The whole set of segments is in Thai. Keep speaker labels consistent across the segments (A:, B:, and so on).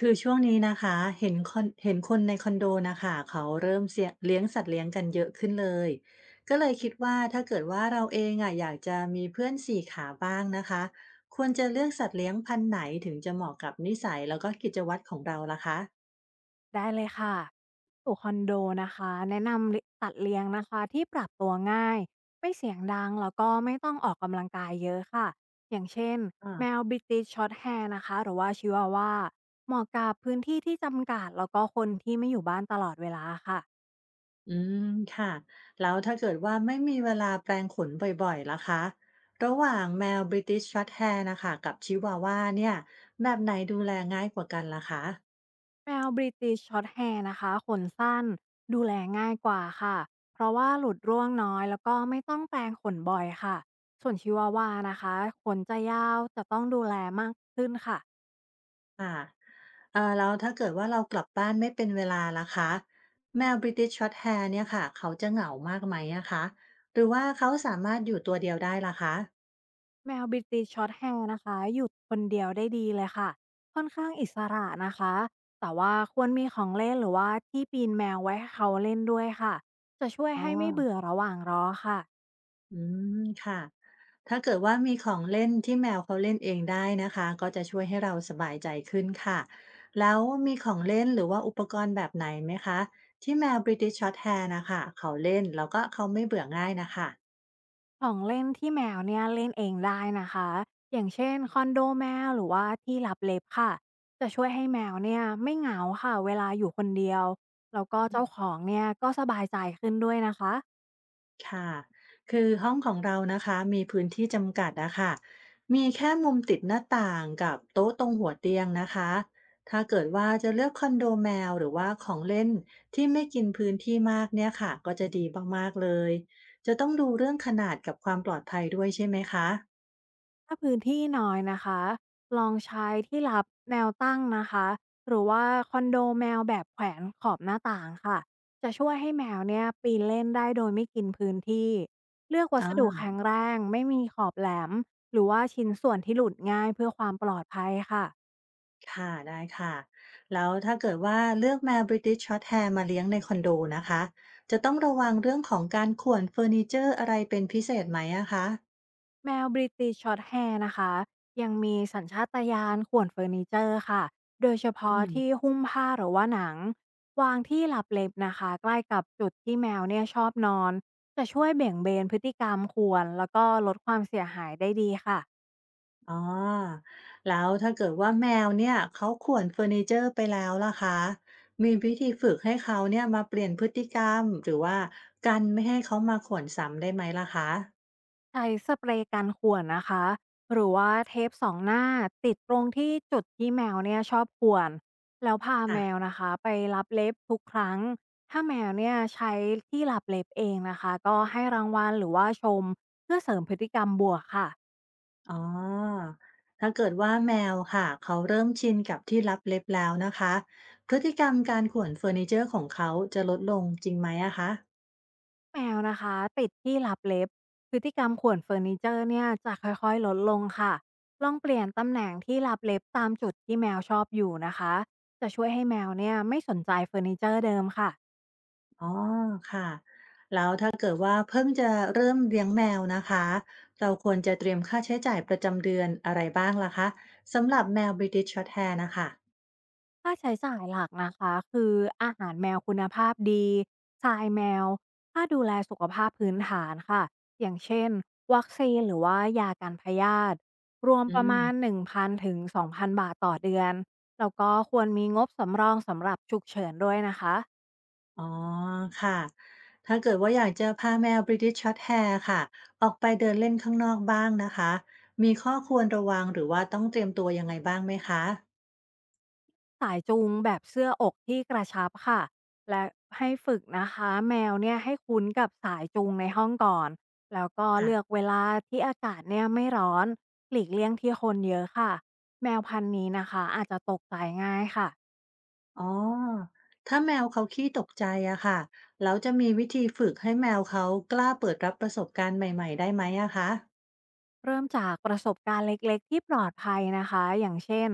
A: คือช่วงนี้นะคะเห็นคนในคอนโดนะคะเขาเริ่มเสียเลี้ยงสัตว์เลี้ยงกันเยอะขึ้นเลยก็เลยคิดว่าถ้าเกิดว่าเราเองอ่ะอยากจะมีเพื่อนสี่ขาบ้างนะคะควรจะเลือกสัตว์เลี้ยงพันธุ์ไหนถึงจะเหมาะกับนิสัยแล้วก็กิจวัตรของเราล่ะคะ
B: ได้เลยค่ะสู่คอนโดนะคะแนะนำตัดเลี้ยงนะคะที่ปรับตัวง่ายไม่เสียงดังแล้วก็ไม่ต้องออกกำลังกายเยอะค่ะ อย่างเช่นแม
A: อ่า
B: วบริติชช็อตแฮร์นะคะหรือว่าชิวาวาเหมาะกับพื้นที่ที่จำกัดแล้วก็คนที่ไม่อยู่บ้านตลอดเวลาค่ะ
A: อืมค่ะแล้วถ้าเกิดว่าไม่มีเวลาแปรงขนบ่อยๆล่ะคะระหว่างแมวบริติชช็อตแฮร์นะคะกับชิวาว่าเนี่ยแบบไหนดูแลง่ายกว่ากันล่ะคะ
B: แมวบริติชช็อตแฮร์นะคะขนสั้นดูแลง่ายกว่าค่ะ เพราะว่าหลุดร่วงน้อยแล้วก็ไม่ต้องแปรงขนบ่อยค่ะส่วนชิวาวานะคะขนจะยาวจะต้องดูแลมากขึ้นค่ะ
A: ค่ะแล้วถ้าเกิดว่าเรากลับบ้านไม่เป็นเวลาล่ะคะแมว British Shorthair เนี่ยค่ะเขาจะเหงามากไหมอะคะหรือว่าเขาสามารถอยู่ตัวเดียวได้ล่ะคะ
B: แมวบร i ติช h s ตแ r ร์นะคะอยู่คนเดียวได้ดีเลยค่ะค่อนข้างอิสระนะคะแต่ว่าควรมีของเล่นหรือว่าที่ปีนแมวไว้ให้เขาเล่นด้วยค่ะจะช่วย
A: อ๋อ
B: ให้ไม่เบื่อระหว่างรอค่ะ
A: อืมค่ะถ้าเกิดว่ามีของเล่นที่แมวเขาเล่นเองได้นะคะก็จะช่วยให้เราสบายใจขึ้นค่ะแล้วมีของเล่นหรือว่าอุปกรณ์แบบไหนไหมคะที่แมว British Shorthair นะคะเขาเล่นแล้วก็เขาไม่เบื่อง่ายนะคะ
B: ของเล่นที่แมวเนี่ยเล่นเองได้นะคะอย่างเช่นคอนโดแมวหรือว่าที่ลับเล็บค่ะจะช่วยให้แมวเนี่ยไม่เหงาค่ะเวลาอยู่คนเดียวแล้วก็เจ้าของเนี่ยก็สบายใจขึ้นด้วยนะคะ
A: ค่ะ คือห้องของเรานะคะมีพื้นที่จำกัดนะค่ะมีแค่มุมติดหน้าต่างกับโต๊ะตรงหัวเตียงนะคะถ้าเกิดว่าจะเลือกคอนโดแมวหรือว่าของเล่นที่ไม่กินพื้นที่มากเนี่ยค่ะก็จะดีมากๆเลยจะต้องดูเรื่องขนาดกับความปลอดภัยด้วยใช่ไหมคะ
B: ถ้าพื้นที่น้อยนะคะ ลองใช้ที่รับแนวตั้งนะคะ หรือว่าคอนโดแมวแบบแขวนขอบหน้าต่างค่ะ จะช่วยให้แมวเนี่ยปีนเล่นได้โดยไม่กินพื้นที่ เลือกวั
A: อ
B: สดุแข็
A: า
B: งแรงไม่มีขอบแหลม หรือว่าชิ้นส่วนที่หลุดง่ายเพื่อความปลอดภัยค่ะ
A: ค่ะได้ค่ะแล้วถ้าเกิดว่าเลือกแมว British Shorthair มาเลี้ยงในคอนโดนะคะจะต้องระวังเรื่องของการข่วนเฟอร์นิเจอร์อะไรเป็นพิเศษไหมอะคะ
B: แมว British Shorthair นะคะยังมีสัญชาตญาณข่วนเฟอร์นิเจอร์ค่ะโดยเฉ
A: อื
B: พาะที่
A: ม
B: หุ้มผ้าหรือว่าหนังวางที่หลับเล็บนะคะใกล้กับจุดที่แมวเนี่ยชอบนอนจะช่วยเบี่ยงเบนพฤติกรรมควรแล้วก็ลดความเสียหายได้ดีค่ะ
A: อ๋อแล้วถ้าเกิดว่าแมวเนี่ยเขาข่วนเฟอร์นิเจอร์ไปแล้วล่ะคะมีวิธีฝึกให้เขาเนี่ยมาเปลี่ยนพฤติกรรมหรือว่ากันไม่ให้เขามาข่วนซ้ำได้ไหมล่ะคะ
B: ใช้สเปรย์กันข่วนนะคะหรือว่าเทปสองหน้าติดตรงที่จุดที่แมวเนี่ยชอบข่วนแล้วพา
A: ค่ะ
B: แมวนะคะไปรับเล็บทุกครั้งถ้าแมวเนี่ยใช้ที่รับเล็บเองนะคะก็ให้รางวัลหรือว่าชมเพื่อเสริมพฤติกรรมบวกค่ะ
A: อ๋อถ้าเกิดว่าแมวค่ะเขาเริ่มชินกับที่ลับเล็บแล้วนะคะพฤติกรรมการข่วนเฟอร์นิเจอร์ของเขาจะลดลงจริงไหมอะคะ
B: แมวนะคะติดที่รับเล็บพฤติกรรมข่วนเฟอร์นิเจอร์เนี่ยจะค่อยๆลดลงค่ะลองเปลี่ยนตำแหน่งที่รับเล็บตามจุดที่แมวชอบอยู่นะคะจะช่วยให้แมวเนี่ยไม่สนใจเฟอร์นิเจอร์เดิมค่ะ
A: อ๋อค่ะแล้วถ้าเกิดว่าเพิ่งจะเริ่มเลี้ยงแมวนะคะเราควรจะเตรียมค่าใช้จ่ายประจำเดือนอะไรบ้างล่ะคะสำหรับแมว British Shorthair นะคะ
B: ค่าใช้จ่ายหลักนะคะคืออาหารแมวคุณภาพดีทรายแมวค่าดูแลสุขภาพพื้นฐานค่ะอย่างเช่นวัคซีนหรือว่ายากันพยาธิรวม
A: อื
B: ประ
A: ม
B: มาณ1,000ถึง2,000บาทต่อเดือนแล้วก็ควรมีงบสำรองสำหรับฉุกเฉินด้วยนะคะ
A: อ๋อค่ะถ้าเกิดว่าอยากจะพาแมว British Shorthair ค่ะออกไปเดินเล่นข้างนอกบ้างนะคะมีข้อควรระวังหรือว่าต้องเตรียมตัวยังไงบ้างไหมคะ
B: สายจูงแบบเสื้ออกที่กระชับค่ะและให้ฝึกนะคะแมวเนี่ยให้คุ้นกับสายจูงในห้องก่อนแล้วก็
A: ค่ะ
B: เลือกเวลาที่อากาศเนี่ยไม่ร้อนหลีกเลี่ยงที่คนเยอะค่ะแมวพันธุ์นี้นะคะอาจจะตกใจง่ายค่ะ
A: อ๋อถ้าแมวเขาขี้ตกใจอะค่ะแล้วจะมีวิธีฝึกให้แมวเขากล้าเปิดรับประสบการณ์ใหม่ๆได้ไหมอะคะ
B: เริ่มจากประสบการณ์เล็กๆที่ปลอดภัยนะคะอย่างเช่น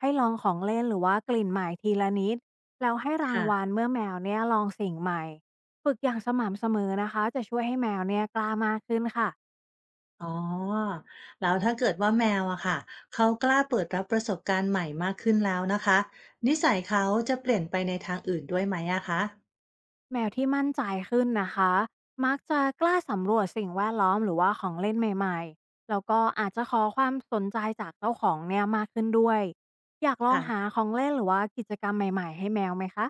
B: ให้ลองของเล่นหรือว่ากลิ่นใหม่ทีละนิดแล้วให้ราง
A: ค่ะ
B: วัลเมื่อแมวเนี่ยลองสิ่งใหม่ฝึกอย่างสม่ำเสมอนะคะจะช่วยให้แมวเนี่ยกล้ามากขึ้นค่ะ
A: อ๋อแล้วถ้าเกิดว่าแมวอะค่ะเขากล้าเปิดรับประสบการณ์ใหม่มากขึ้นแล้วนะคะนิสัยเขาจะเปลี่ยนไปในทางอื่นด้วยไหมอะคะ
B: แมวที่มั่นใจขึ้นนะคะ มักจะกล้าสำรวจสิ่งแวดล้อมหรือว่าของเล่นใหม่ๆ แล้วก็อาจจะขอความสนใจจากเจ้าของเนี่ยมากขึ้นด้วย อยากลองหา
A: ค่ะ
B: ของเล่นหรือว่ากิจกรรมใหม่ๆให้แมวไหมคะ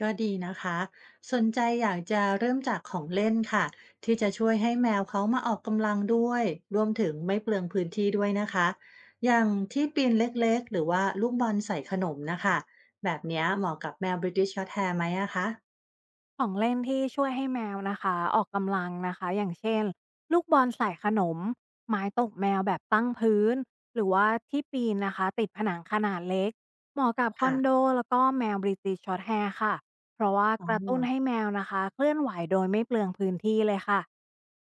A: ก็ดีนะคะสนใจอยากจะเริ่มจากของเล่นค่ะที่จะช่วยให้แมวเขามาออกกำลังด้วยรวมถึงไม่เปลืองพื้นที่ด้วยนะคะอย่างที่ปีนเล็กๆหรือว่าลูกบอลใส่ขนมนะคะแบบเนี้ยเหมาะกับแมว British Shorthair ไหมอะคะ
B: ของเล่นที่ช่วยให้แมวนะคะออกกำลังนะคะอย่างเช่นลูกบอลใส่ขนมไม้ตกแมวแบบตั้งพื้นหรือว่าที่ปีนนะคะติดผนังขนาดเล็กเหมาะกับคอ
A: ค่ะ
B: นโดแล้วก็แมวบริติชช็อตแฮร์ค่ะเพราะว่า
A: อ๋อ
B: กระตุ้นให้แมวนะคะเคลื่อนไหวโดยไม่เปลืองพื้นที่เลยค่ะ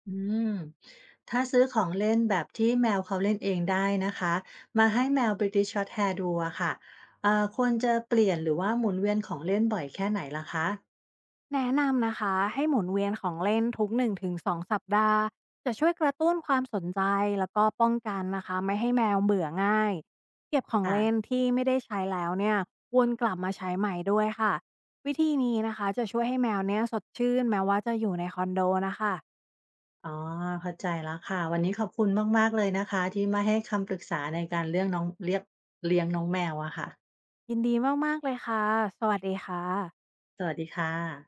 A: อืมถ้าซื้อของเล่นแบบที่แมวเขาเล่นเองได้นะคะมาให้แมว British Shorthair ดูอะค่ะควรจะเปลี่ยนหรือว่าหมุนเวียนของเล่นบ่อยแค่ไหนล่ะคะ
B: แนะนำนะคะให้หมุนเวียนของเล่นทุก1-2สองสัปดาห์จะช่วยกระตุ้นความสนใจแล้วก็ป้องกันนะคะไม่ให้แมวเบื่อง่ายเก็บของ
A: ค่ะ
B: เล่นที่ไม่ได้ใช้แล้วเนี่ยวนกลับมาใช้ใหม่ด้วยค่ะวิธีนี้นะคะจะช่วยให้แมวเนี่ยสดชื่นแม้ว่าจะอยู่ในคอนโดนะคะ
A: อ๋อเข้าใจแล้วค่ะวันนี้ขอบคุณมากๆเลยนะคะที่มาให้คำปรึกษาในการเรื่องน้องเรียกเลี้ยงน้องแมวอะค่ะ
B: ยินดีมากๆเลยค่ะสวัสดีค่ะ
A: สวัสดีค่ะ